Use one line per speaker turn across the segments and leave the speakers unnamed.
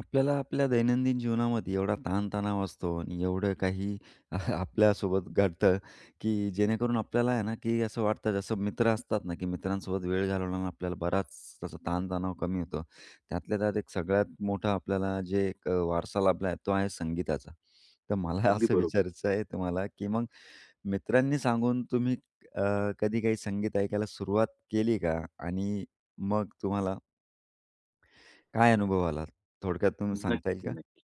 आपल्याला आपल्या दैनंदिन जीवनामध्ये एवढा ताणतणाव असतो आणि एवढं काही आपल्यासोबत घडतं की जेणेकरून आपल्याला आहे ना की असं वाटतं जसं मित्र असतात ना की मित्रांसोबत वेळ घालवल्यानं आपल्याला बराच तसा ताणतणाव कमी होतो. त्यातल्या त्यात एक सगळ्यात मोठा आपल्याला जे एक वारसा लाभला आहे तो आहे संगीताचा. तर मला
अगदी
असं
बरोबर.
विचारायचं आहे तुम्हाला की मग मित्रांनी सांगून तुम्ही कधी काही संगीत ऐकायला सुरुवात केली का आणि मग तुम्हाला काय अनुभव आला थोडक्यात तुम्ही सांगता येईल
नक्की,
का?
नक्की.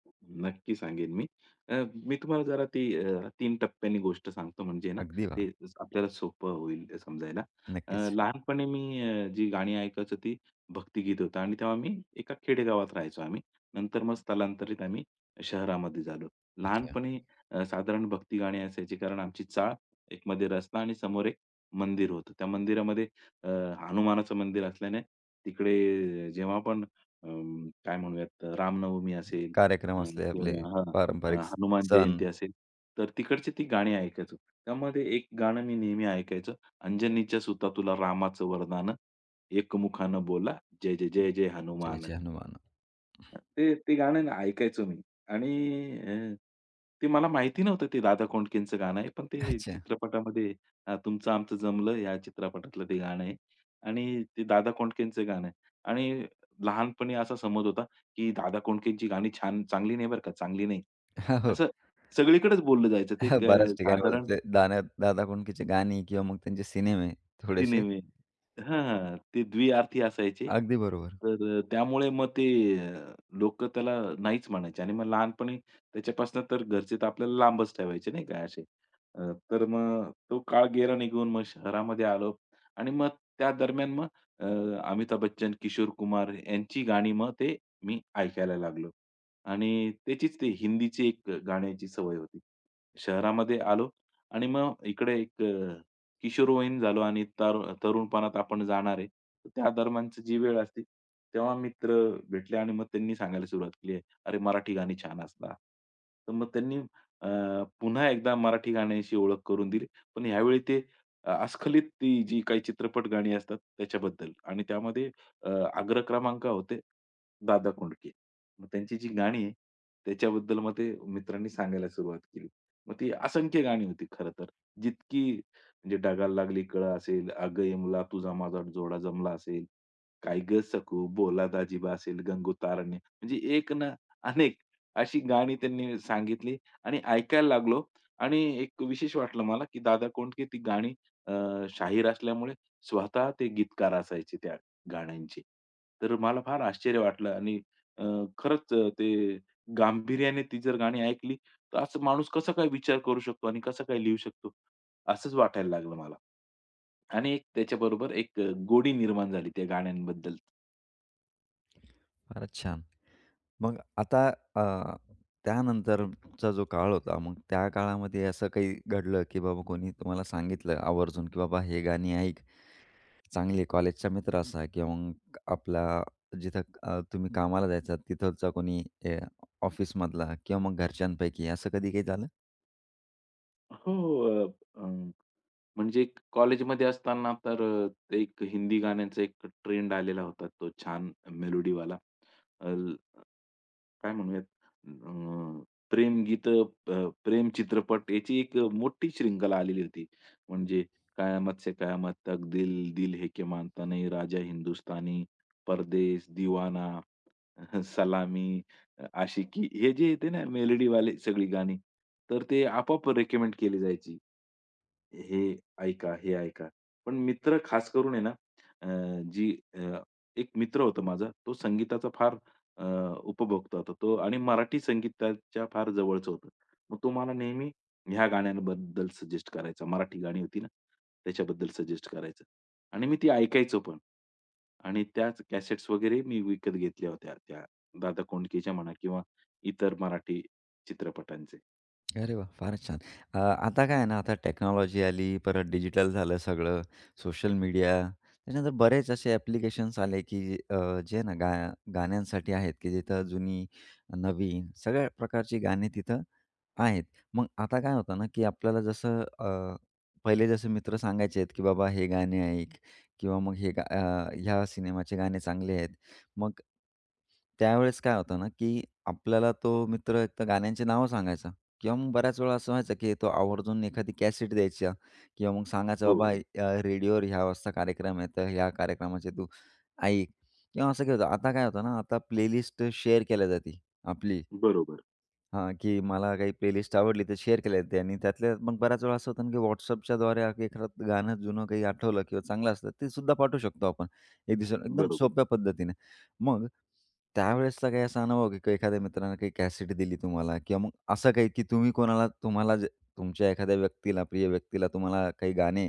नक्की सांगेन मी. अ, मी तुम्हाला जरा ती 3 टप्प्यांनी गोष्ट सांगतो म्हणजे ना,
अगदी वाह!
ते आपल्याला सोपं होईल समजायला.
नक्कीच.
लहानपणी मी जी गाणी ऐकायचो ती भक्तिगीत होतं आणि तेव्हा मी एका खेडेगावात राहायचो आम्ही. नंतर मग स्थलांतरित आम्ही शहरामध्ये झालो.
अच्छा.
लहानपणी साधारण भक्ती गाणी असायची कारण आमची चाळ, एक मध्ये रस्ता आणि समोर एक मंदिर होतं. त्या मंदिरामध्ये अ, हनुमानाचं मंदिर असल्याने तिकडे जेव्हा पण काय म्हणूयात रामनवमी असेल, अ,
कार्यक्रम असले आपले
किंवा हां,
पारंपरिक
हनुमान
सण.
जयंती असेल, तर तिकडची ती गाणी ऐकायचो. त्यामध्ये एक गाणं मी नेहमी ऐकायचो, अंजनीच्या सुता तुला रामाचं वरदान, एकमुखानं बोला जय, जय, जय, जय
जय
हनुमान.
जय हनुमान.
ते ते गाणं ना ऐकायचो मी आणि अ, ते मला माहिती नव्हतं ते दादा कोंडकेंचं गाणं आहे. पण ते
अच्छा.
चित्रपटामध्ये तुमचं आमचं जमलं या चित्रपटातलं ते गाणं आहे आणि ते दादा कोंडकेंचं गाणं आहे. आणि लहानपणी असा समज होता, की दादा कोंडकेंची गाणी छान चांगली नाही बरं का, चांगली नाही.
हो, हो.
असं सगळीकडेच बोललं जायचं. ते
हा,
एक
बऱ्याच ठिकाणी मला
साधारण
ते दादा दादा कोंडकेचे गाणी किंवा मग त्यांचे सिनेमे
चिनी
थोडेसे.
मिल. हां, हां. ते द्विअर्थी असायचे.
अगदी बरोबर.
तर त्यामुळे मग ते अ, लोकं त्याला नाहीच म्हणायचे आणि मग लहानपणी त्याच्यापासून तर घरचे तर आपल्याला लांबच ठेवायचे नाही का असे. तर मग तो काळ गेला निघून मग शहरामध्ये आलो आणि मग त्या दरम्यान मग अ, अमिताभ बच्चन, किशोर कुमार यांची गाणी मग ते मी ऐकायला लागलो आणि त्याचीच ते हिंदीची एक गाण्याची सवय होती. शहरामध्ये आलो आणि मग इकडे एक किशोरवयीन झालो आणि तर तरुणपणात आपण जाणार आहे. तर त्या दरम्यानची जी वेळ असते, तेव्हा मित्र भेटले आणि मग त्यांनी सांगायला सुरुवात केली, "अरे, मराठी गाणी छान असतात." तर मग त्यांनी अ, पुन्हा एकदा मराठी गाण्यांशी ओळख करून दिली. पण यावेळी ते अस्खलित ती जी काही चित्रपट गाणी असतात त्याच्याबद्दल आणि त्यामध्ये अग्र क्रमांक होते दादा कोंडके. मग त्यांची जी गाणी आहे, त्याच्याबद्दल मग ते मित्रांनी सांगायला सुरुवात केली. मग ती असंख्य गाणी होती खरं तर, जितकी म्हणजे "डगाला लागली कळं" असेल, "अगं यमला तुझा माझा जोडा जमला" असेल, "काय गं सखू बोला दाजीबा" असेल, "गंगोतारण्य" म्हणजे एक ना अनेक अशी गाणी त्यांनी सांगितली आणि ऐकायला लागलो आणि एक विशेष वाटलं मला, की दादा कोंडके ती गाणी अ, शाहीर असल्यामुळे स्वतः ते गीतकार असायचे त्या गाण्यांचे. तर मला फार आश्चर्य वाटलं आणि अ, खरंच ते गांभीर्याने ती जर गाणी ऐकली, तर असं माणूस कसा काय विचार करू शकतो आणि कसा काय लिहू शकतो? असंच वाटायला लागलं मला. आणि एक त्याच्याबरोबर एक गोडी निर्माण झाली त्या गाण्यांबद्दल.
फारच छान. मग आता अ, त्यानंतरचा जो काळ होता, मग त्या काळामध्ये असं काही घडलं, की बाबा कोणी तुम्हाला सांगितलं आवर्जून, की "बाबा हे गाणी ऐक." चांगली कॉलेजचा मित्र असा किंवा मग आपला जिथं तुम्ही कामाला जायचा तिथलचा कोणी ऑफिसमधला किंवा मग घरच्यांपैकी असं कधी काही झालं?
हो, हो. अं, म्हणजे एक कॉलेजमध्ये असताना तर ते एक हिंदी गाण्यांचा एक ट्रेंड आलेला होता. तो छान मेलोडीवाला. अ, ल- काय म्हणूयात अं, प्रेम गीत प्रेम चित्रपट याची एक मोठी शृंखला आलेली होती. म्हणजे "कयामत से कयामत तक", "दिल दिल है के मानता नहीं", "राजा हिंदुस्तानी", "परदेस", "दीवाना". सलामी, आशिकी हे जे येते ना मेलडीवाले सगळी गाणी, तर ते आपोआप रिकमेंड केली जायची. हे ऐका, हे ऐका. पण मित्र खास करून आहे ना, अ, जी अ, एक मित्र होता माझा, तो संगीताचा फार अ, उपभोक्ता होता तो आणि मराठी संगीताच्या फार जवळचं होतं. मग तो मला नेहमी ह्या गाण्यांबद्दल सजेस्ट करायचा. मराठी गाणी होती ना, त्याच्याबद्दल सजेस्ट करायचा आणि मी ती ऐकायचो पण. आणि त्याच कॅसेट्स वगैरे मी विकत घेतल्या होत्या त्या दादा कोंडकेच्या म्हणा किंवा इतर मराठी चित्रपटांचे.
अरे वाह! फारच छान. आता काय आहे ना, आता टेक्नॉलॉजी आली, परत डिजिटल झालं सगळं, सोशल मीडिया, त्याच्यानंतर बरेच असे ॲप्लिकेशन्स आले, की जे ना गाण्यांसाठी आहेत, की जिथं जुनी, नवीन सगळ्या प्रकारची गाणी तिथं आहेत. मग आता काय होतं ना, की आपल्याला जसं पहिले जसे मित्र सांगायचेत, की "बाबा हे गाणे ऐक" किंवा मग ह्या सिनेमाचे गाणे चांगले आहेत." मग त्यावेळेस काय होतं ना, की आपल्याला तो मित्र एक तर गाण्यांची नावं सांगायचा. किंवा मग बऱ्याच वेळा असं व्हायचं, की तो आवर्जून एखादी कॅसेट द्यायचा किंवा मग सांगायचं,
हो,
"बाबा रेडिओवर ह्या वाजता कार्यक्रम आहे, तर ह्या कार्यक्रमाचे तू ऐक." किंवा असं काय होतं, आता काय होतं ना, आता प्लेलिस्ट शेअर केल्या जाते आपली.
बरोबर,
हां, की मला काही प्लेलिस्ट आवडली तर शेअर केल्या जाते आणि त्यातल्या मग बऱ्याच वेळा असं होतं ना, की WhatsAppच्याद्वारे एखादं गाणं जुनं काही आठवलं किंवा चांगलं असलं ते सुद्धा पाठवू शकतो आपण एक दिवसाला एकदम
बरोबर.
सोप्या पद्धतीने. मग त्यावेळेसचा काही असा अनुभव की काही एखाद्या मित्रानं काही कॅसेट दिली तुम्हाला किंवा मग असं काही की तुम्ही कोणाला तुम्हाला जे तुमच्या एखाद्या व्यक्तीला, प्रिय व्यक्तीला तुम्हाला काही गाणे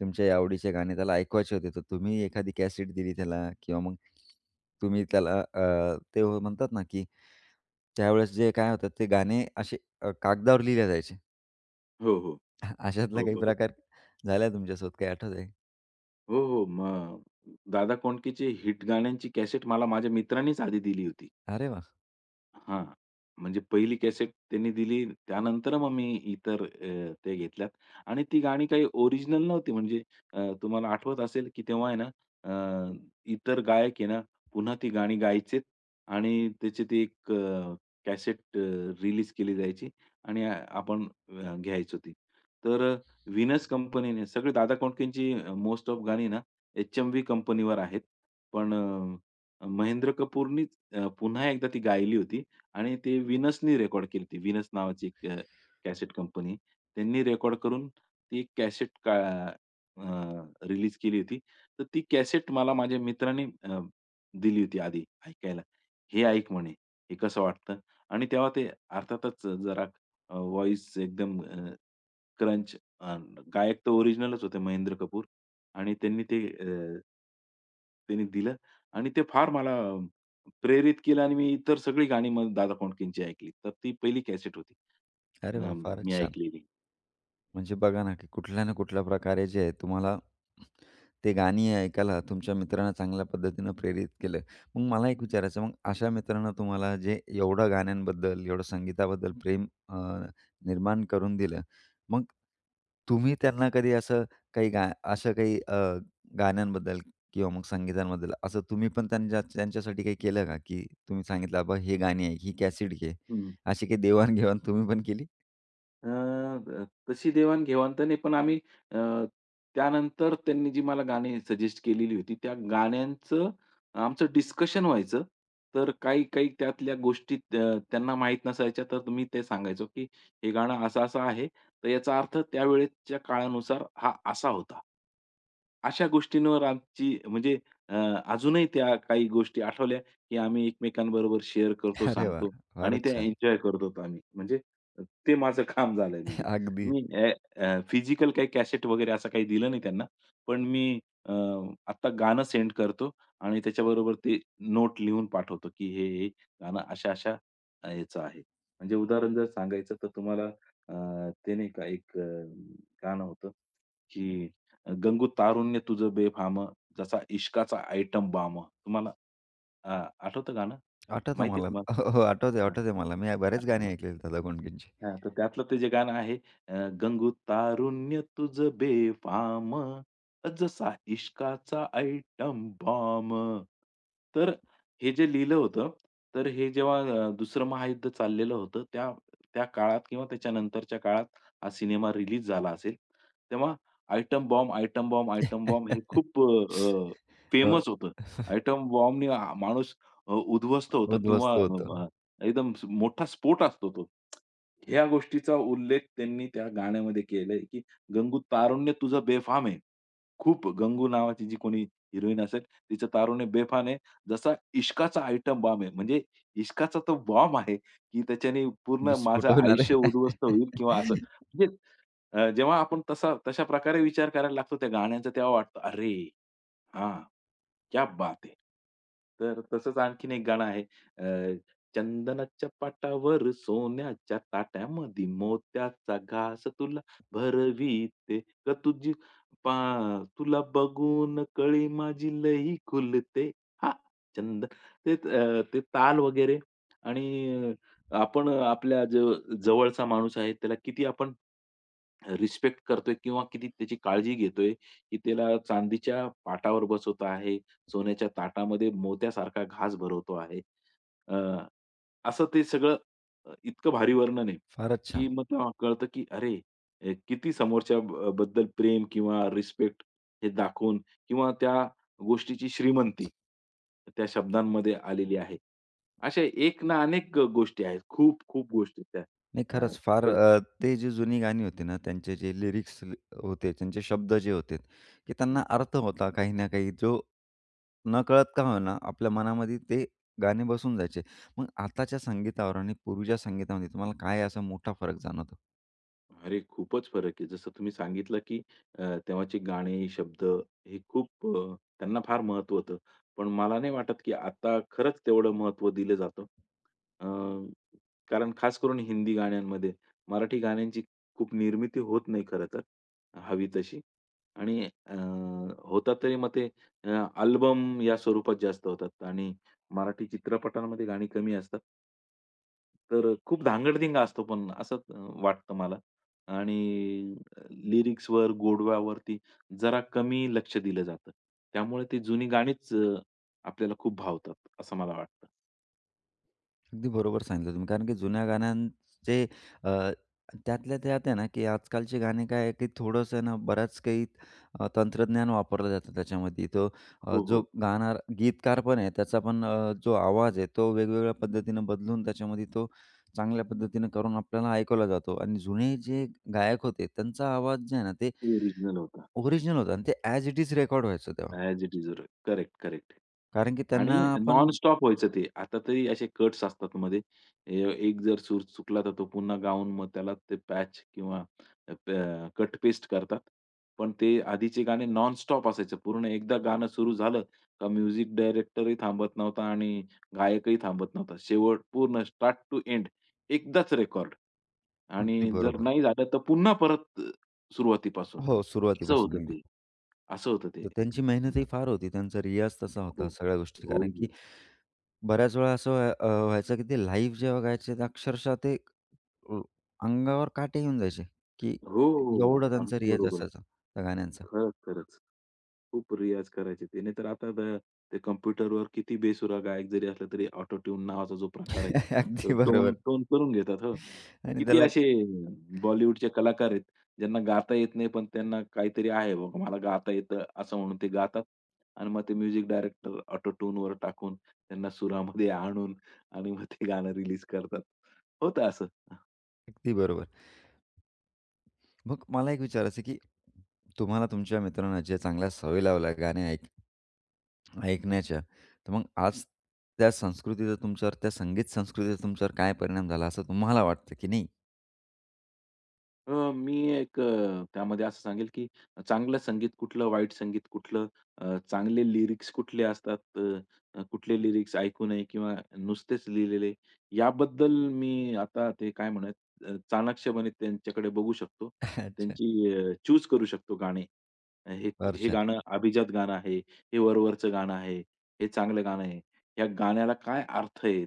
तुमच्या आवडीचे गाणे त्याला ऐकवायचे होते, तर तुम्ही एखादी कॅसेट दिली त्याला किंवा मग तुम्ही त्याला ते म्हणतात ना, की त्यावेळेस जे काय होतात ते गाणे असे कागदावर लिहिले जायचे.
हो, हो.
अशातला
हो,
काही
बरोबर.
प्रकार झालाय तुमच्यासोबत काही आठवतंय?
हो, हो. मग दादा कोंडकेचे हिट गाण्यांची कॅसेट मला माझ्या मित्रानेच आधी दिली होती.
अरे वाह!
हां. म्हणजे पहिली कॅसेट त्यांनी दिली. त्यानंतर मग मी इतर ते घेतल्यात आणि ती गाणी काही ओरिजिनल नव्हती. म्हणजे तुम्हाला आठवत असेल की तेव्हा आहे ना अ, इतर गायक आहे ना पुन्हा ती गाणी गायचेत आणि त्याची ती एक कॅसेट रिलीज केली जायची आणि आपण घ्यायचो ती. तर कंपनीने सगळे दादा कोंडकेंची मोस्ट ऑफ गाणी ना एच-एम-व्ही कंपनीवर आहेत. पण महेंद्र कपूरनीच पुन्हा एकदा ती गायली होती आणि ते व्हीनसनी रेकॉर्ड केलती. व्हीनस नावाची एक कॅसेट कंपनी. त्यांनी रेकॉर्ड करून ती एक कॅसेट का रिलीज केली होती. तर ती कॅसेट मला माझ्या मित्राने दिली होती आधी ऐकायला. "हे ऐक" म्हणे, "हे कसं वाटतं?" आणि तेव्हा ते अर्थातच जरा व्हॉईस एकदम क्रंच गायक तर ओरिजिनलच होते महेंद्र कपूर आणि त्यांनी दिलं आणि ते फार मला प्रेरित केलं आणि मी इतर सगळी गाणी मग दादा कोंडकेंची ऐकली. तर ती पहिली कॅसेट होती
अरे
अ,
वाह! फारच
मी
छान.
ऐकलेली.
म्हणजे बघा ना, की कुठल्या ना कुठल्या प्रकारे जे आहे तुम्हाला ते गाणी ऐकायला तुमच्या मित्रानं चांगल्या पद्धतीनं प्रेरित केलं. मग मला एक विचारायचं, मग अशा मित्रानं तुम्हाला जे एवढं गाण्यांबद्दल, एवढं संगीताबद्दल प्रेम निर्माण करून दिलं, मग तुम्ही त्यांना कधी असं काही गा असं काही गाण्यांबद्दल किंवा मग संगीतांबद्दल असं तुम्ही पण त्यांच्या त्यांच्यासाठी काही केलं का? की तुम्ही सांगितलं, "बाबा हे गाणी ऐक, ही कॅसेट घे."
हं.
अशी काही देवाण तुम्ही पण केली?
अ, अ, तशी देवाण-घेवाण तर नाही, पण आम्ही अ, त्यानंतर त्यांनी जी मला गाणी सजेस्ट केलेली होती, त्या गाण्यांचं आमचं डिस्कशन व्हायचं. तर काही-काही त्यातल्या गोष्टी त्या त्यांना माहीत नसायच्या, तर मी ते सांगायचो, की हे गाणं असं-असं आहे, तर याचा अर्थ त्यावेळेच्या काळानुसार हा असा होता. अशा गोष्टींवर आमची म्हणजे अ, अजूनही त्या काही गोष्टी आठवल्या, की आम्ही एकमेकांबरोबर शेअर करतो,
अरे वाह!
सांगतो आणि
फारच
त्या
छान.
एन्जॉय करतो आम्ही. म्हणजे ते माझं काम झालंय म्हणजे.
अगदी.
मी अ, अ, फिजिकल काही कॅसेट वगैरे असं काही दिलं नाही त्यांना. पण मी अ, आत्ता गाणं सेंड करतो आणि त्याच्याबरोबर ते नोट लिहून पाठवतो, की हे गाणं अशा-अशा याचं आहे. म्हणजे उदाहरण जर सांगायचं तर तुम्हाला ते नाही का एक गाणं होतं, की गंगू तारुण्य तुझं बेफाम, जसा इश्काचा आयटम बाम. तुम्हाला आठवतं गाणं?
आठवतं
माहिती आहे
मला. हो, हो.
तुम्हाला?
आठवतंय,
हां.
आठवतंय मला. मी बरेच
आठवतं?
गाणे ऐकलेले दादा कोंडकेंचे.
हां, तर त्यातलं ते जे गाणं आहे अ, गंगू तारुण्य तुझं बेफाम, जसा इश्काचा आयटम बॉम्ब. तर हे जे लिहिलं होतं, तर हे जेव्हा दुसरं महायुद्ध चाललेलं होतं, त्या त्या काळात किंवा त्याच्यानंतरच्या काळात हा सिनेमा रिलीज झाला असेल. तेव्हा item bomb, item bomb, item bomb हे खूप
अ,
फेमस होतं. आयटम बॉम्बनी माणूस उद्ध्वस्त होतं किंवा
उद्ध्वस्त होतं.
एकदम मोठा स्फोट असतो तो. ह्या गोष्टीचा उल्लेख त्यांनी त्या गाण्यामध्ये केलाय, की "गंगू तारुण्य तुझं बेफाम आहे. खूप" गंगू नावाची जी कोणी हिरोईन असेल, "तिचं तारुण्य बेफाम आहे. जसा इश्काचा आयटम बॉम्ब आहे." म्हणजे इश्काचा तो बॉम्ब आहे, की त्याच्याने पूर्ण माझं
विस्फोटवणारे.
आयुष्य उद्ध्वस्त होईल किंवा असं. म्हणजे जेव्हा आपण तसा तशा प्रकारे विचार करायला लागतो त्या गाण्याचा, तेव्हा वाटतं, "अरे! हां, क्या बात है!" तर तसंच आणखीन एक गाणं आहे. अ, चंदनाच्या पाटावर सोन्याच्या ताट्यामध्ये मोत्याचा घास तुला भरवीते ग तुझी पा तुला बघून कळी माझी लई खुलते. हां, चंद ते ते ताल वगैरे आणि आपण आपल्या जवळचा माणूस आहे त्याला किती आपण रिस्पेक्ट करतोय किंवा किती त्याची काळजी घेतोय, की त्याला चांदीच्या पाटावर बसवत आहे सोन्याच्या ताटामध्ये मोत्यासारखा घास भरवतो आहे. अ, असं ते सगळं इतकं भारी वर्णन आहे,
फारच
की
छान.
मग तेव्हा कळतं, की अरे, किती समोरच्या बद्दल प्रेम किंवा रिस्पेक्ट हे दाखवून किंवा त्या गोष्टीची श्रीमंती त्या शब्दांमध्ये आलेली आहे. अशा एक ना अनेक गोष्टी आहेत. खूप-खूप गोष्टी आहेत
नाही
त्या. अ,
खरंच फार
तर
ते जी जुनी गाणी होती ना, त्यांचे जे लिरिक्स होते, त्यांचे शब्द जे होते, की त्यांना अर्थ होता काही ना काही, जो नकळत का होईना आपल्या मनामध्ये ते गाणे बसून जायचे. मग आताच्या संगीतावर आणि पूर्वीच्या संगीतामध्ये तुम्हाला काय असा मोठा फरक जाणवतो?
अरे, खूपच फरक आहे. जसं तुम्ही सांगितलं, की तेव्हाचे गाणे, शब्द हे खूप त्यांना फार महत्त्व होतं. पण मला नाही वाटत, की आता खरंच तेवढं महत्त्व दिलं जातं. अ कारण खास करून हिंदी गाण्यांमध्ये. मराठी गाण्यांची खूप निर्मिती होत नाही खरं तर, हवी तशी. आणि होतात तरी मग ते अल्बम या स्वरूपात जास्त होतात आणि मराठी चित्रपटांमध्ये गाणी कमी असतात. तर खूप धांगडधिंगा असतो पण असं वाटतं मला. आणि लिरिक्सवर, गोडव्यावरती जरा कमी लक्ष दिलं जातं. त्यामुळे ती जुनी गाणीच आपल्याला खूप भावतात असं मला वाटतं.
अगदी बरोबर सांगितलं तुम्ही. कारण की जुन्या गाण्यांचे अ, त्यातल्या त्यात आहे ना, की आजकालचे गाणे काय आहे, की थोडंसं आहे ना, बऱ्याच काही तंत्रज्ञान वापरलं जातं त्याच्यामध्ये. तो
हो,
जो
हो.
गाणार गीतकार पण आहे, त्याचा पण जो आवाज आहे, तो वेगवेगळ्या पद्धतीनं बदलून त्याच्यामध्ये तो चांगल्या पद्धतीनं करून आपल्याला ऐकवला जातो. आणि जुने जे गायक होते, त्यांचा आवाज जे आहे ना, ते
ओरिजिनल होतं.
ओरिजिनल होता आणि ते ॲज इट इज रेकॉर्ड व्हायचं तेव्हा.
As it is. Correct, correct.
कारण की
आणि
त्यांना आपण
नॉन-स्टॉप व्हायचं ते. आता तरी असे कट्स असतात मध्ये. ए एक जर सूर चुकला तर तो पुन्हा गाऊन मग त्याला ते पॅच किंवा अ, प कट पेस्ट करतात. पण ते आधीचे गाणे नॉन-स्टॉप असायचं. पूर्ण एकदा गाणं सुरू झालं का म्युझिक डायरेक्टरही थांबत नव्हता आणि गायकही थांबत नव्हता. शेवट पूर्ण स्टार्ट टू एंड एकदाच रेकॉर्ड.
अगदी
आणि जर
बरोबर.
नाही झालं तर पुन्हा परत सुरुवातीपासून.
हो,
असं
सुरुवातीपासून
होतं
एकदा.
ते. असं होतं ते.
तर त्यांची मेहनतही फार होती. त्यांचा रियाज तसा होता
खूप.
सगळ्या गोष्टी.
हो,
कारण की
हो.
बऱ्याच वेळा असं व्हायचं की ते लाईव्ह जेव्हा गायचे, तर अक्षरशः ते अ, अंगावर काटे येऊन जायचे, की
हो, हो.
एवढा त्यांचा
अगदी
रियाज
बरोबर.
असायचा त्या गाण्यांचा.
खरंच, खरंच. खूप रियाज करायचे ते. नाहीतर आता ते कॉम्प्युटरवर किती बेसुरा गायक जरी असला तरी ऑटो ट्यून नावाचा जो प्रकार आहे, तो
अगदी
टोन
बरोबर.
टोन करून घेतात. हो.
आणि
किती
त्याला
असे बॉलिवूडचे कलाकार आहेत, ज्यांना गाता येत नाही, पण त्यांना काहीतरी आहे बाबा मला गाता येतं असं म्हणून ते गातात आणि मग ते म्युझिक डायरेक्टर ऑटो ट्यूनवर टाकून त्यांना सुरामध्ये आणून आणि मग ते गाणं रिलीज करतात. होतं असं.
अगदी बरोबर. मग मला एक विचारायचं आहे, की तुम्हाला तुमच्या मित्रांना ज्या चांगल्या सवयी लावल्या गाणे ऐकण्याच्या, तर मग आज त्या संस्कृतीचा तुमच्यावर, त्या संगीत संस्कृतीचा तुमच्यावर काय परिणाम झाला असं तुम्हाला वाटतं, की नाही?
मी एक त्यामध्ये असं सांगेल, की चांगलं संगीत कुठलं, वाईट संगीत कुठलं, चांगले लिरिक्स कुठले असतात, अ, अ, कुठले लिरिक्स ऐकू नये किंवा नुसतेच लिहिलेले, याबद्दल मी आता ते काय म्हणूयात, चाणाक्षपणे त्यांच्याकडे बघू शकतो.
अच्छा.
त्यांची चूज करू शकतो गाणे. हे
फार
हे
छान.
गाणं अभिजात गाणं आहे, हे वरवरचं गाणं आहे, हे चांगलं गाणं आहे. या गाण्याला काय अर्थ आहेत,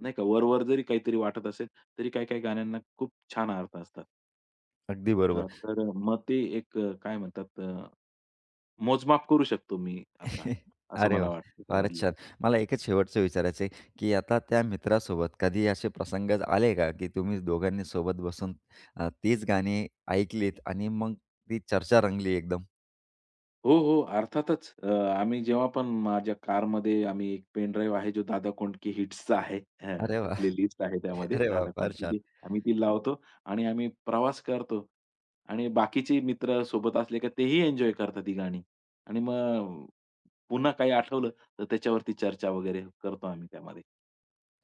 नाही का? वरवर जरी काहीतरी वाटत असेल, तरी काही-काही गाण्यांना खूप छान अर्थ असतात.
अगदी बरोबर.
तर मग ते एक काय म्हणतात मोजमाप करू शकतो मी आता, असं
अरे
मला
वाह!
वाटतं
फारच
त्यामधलं.
छान. मला एकच शेवटचं विचारायचं आहे, की आता त्या मित्रासोबत कधी असे प्रसंग आले का, की तुम्ही दोघांनी सोबत बसून तीच गाणी ऐकलीत आणि मग ती चर्चा रंगली एकदम?
हो, हो, अर्थातच. आम्ही जेव्हा पण माझ्या कारमध्ये आम्ही एक पेन ड्राईव्ह आहे, जो दादा कोंडके हिट्सचा आहे.
अरे वा
प्लेलिस्ट आहे त्यामध्ये
अरे वाह!
दादा
फार छान.
कोंडकेची. आम्ही ती लावतो आणि आम्ही प्रवास करतो आणि बाकीचे मित्र सोबत असले का तेही एन्जॉय करतात ती गाणी आणि मग पुन्हा काही आठवलं तर त्याच्यावरती चर्चा वगैरे करतो आम्ही त्यामध्ये,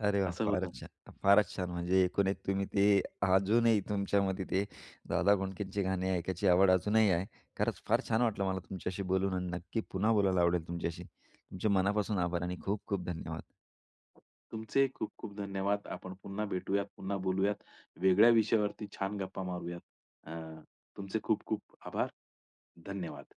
अरे वाह!
असं होतं.
फारच छान. फारच छान. म्हणजे एकूण एक तुम्ही ते अजूनही तुमच्यामध्ये ते दादा कोंडकेंची गाणी ऐकायची आवड अजूनही आहे. खरंच फार छान वाटलं मला तुमच्याशी बोलून आणि नक्की पुन्हा बोलायला आवडेल तुमच्याशी. तुमचे मनापासून आभार आणि खूप खूप धन्यवाद.
तुमचे खूप-खूप धन्यवाद. आपण पुन्हा भेटूयात, पुन्हा बोलूयात. वेगळ्या विषयावरती छान गप्पा मारूयात. अ, तुमचे खूप-खूप आभार. धन्यवाद.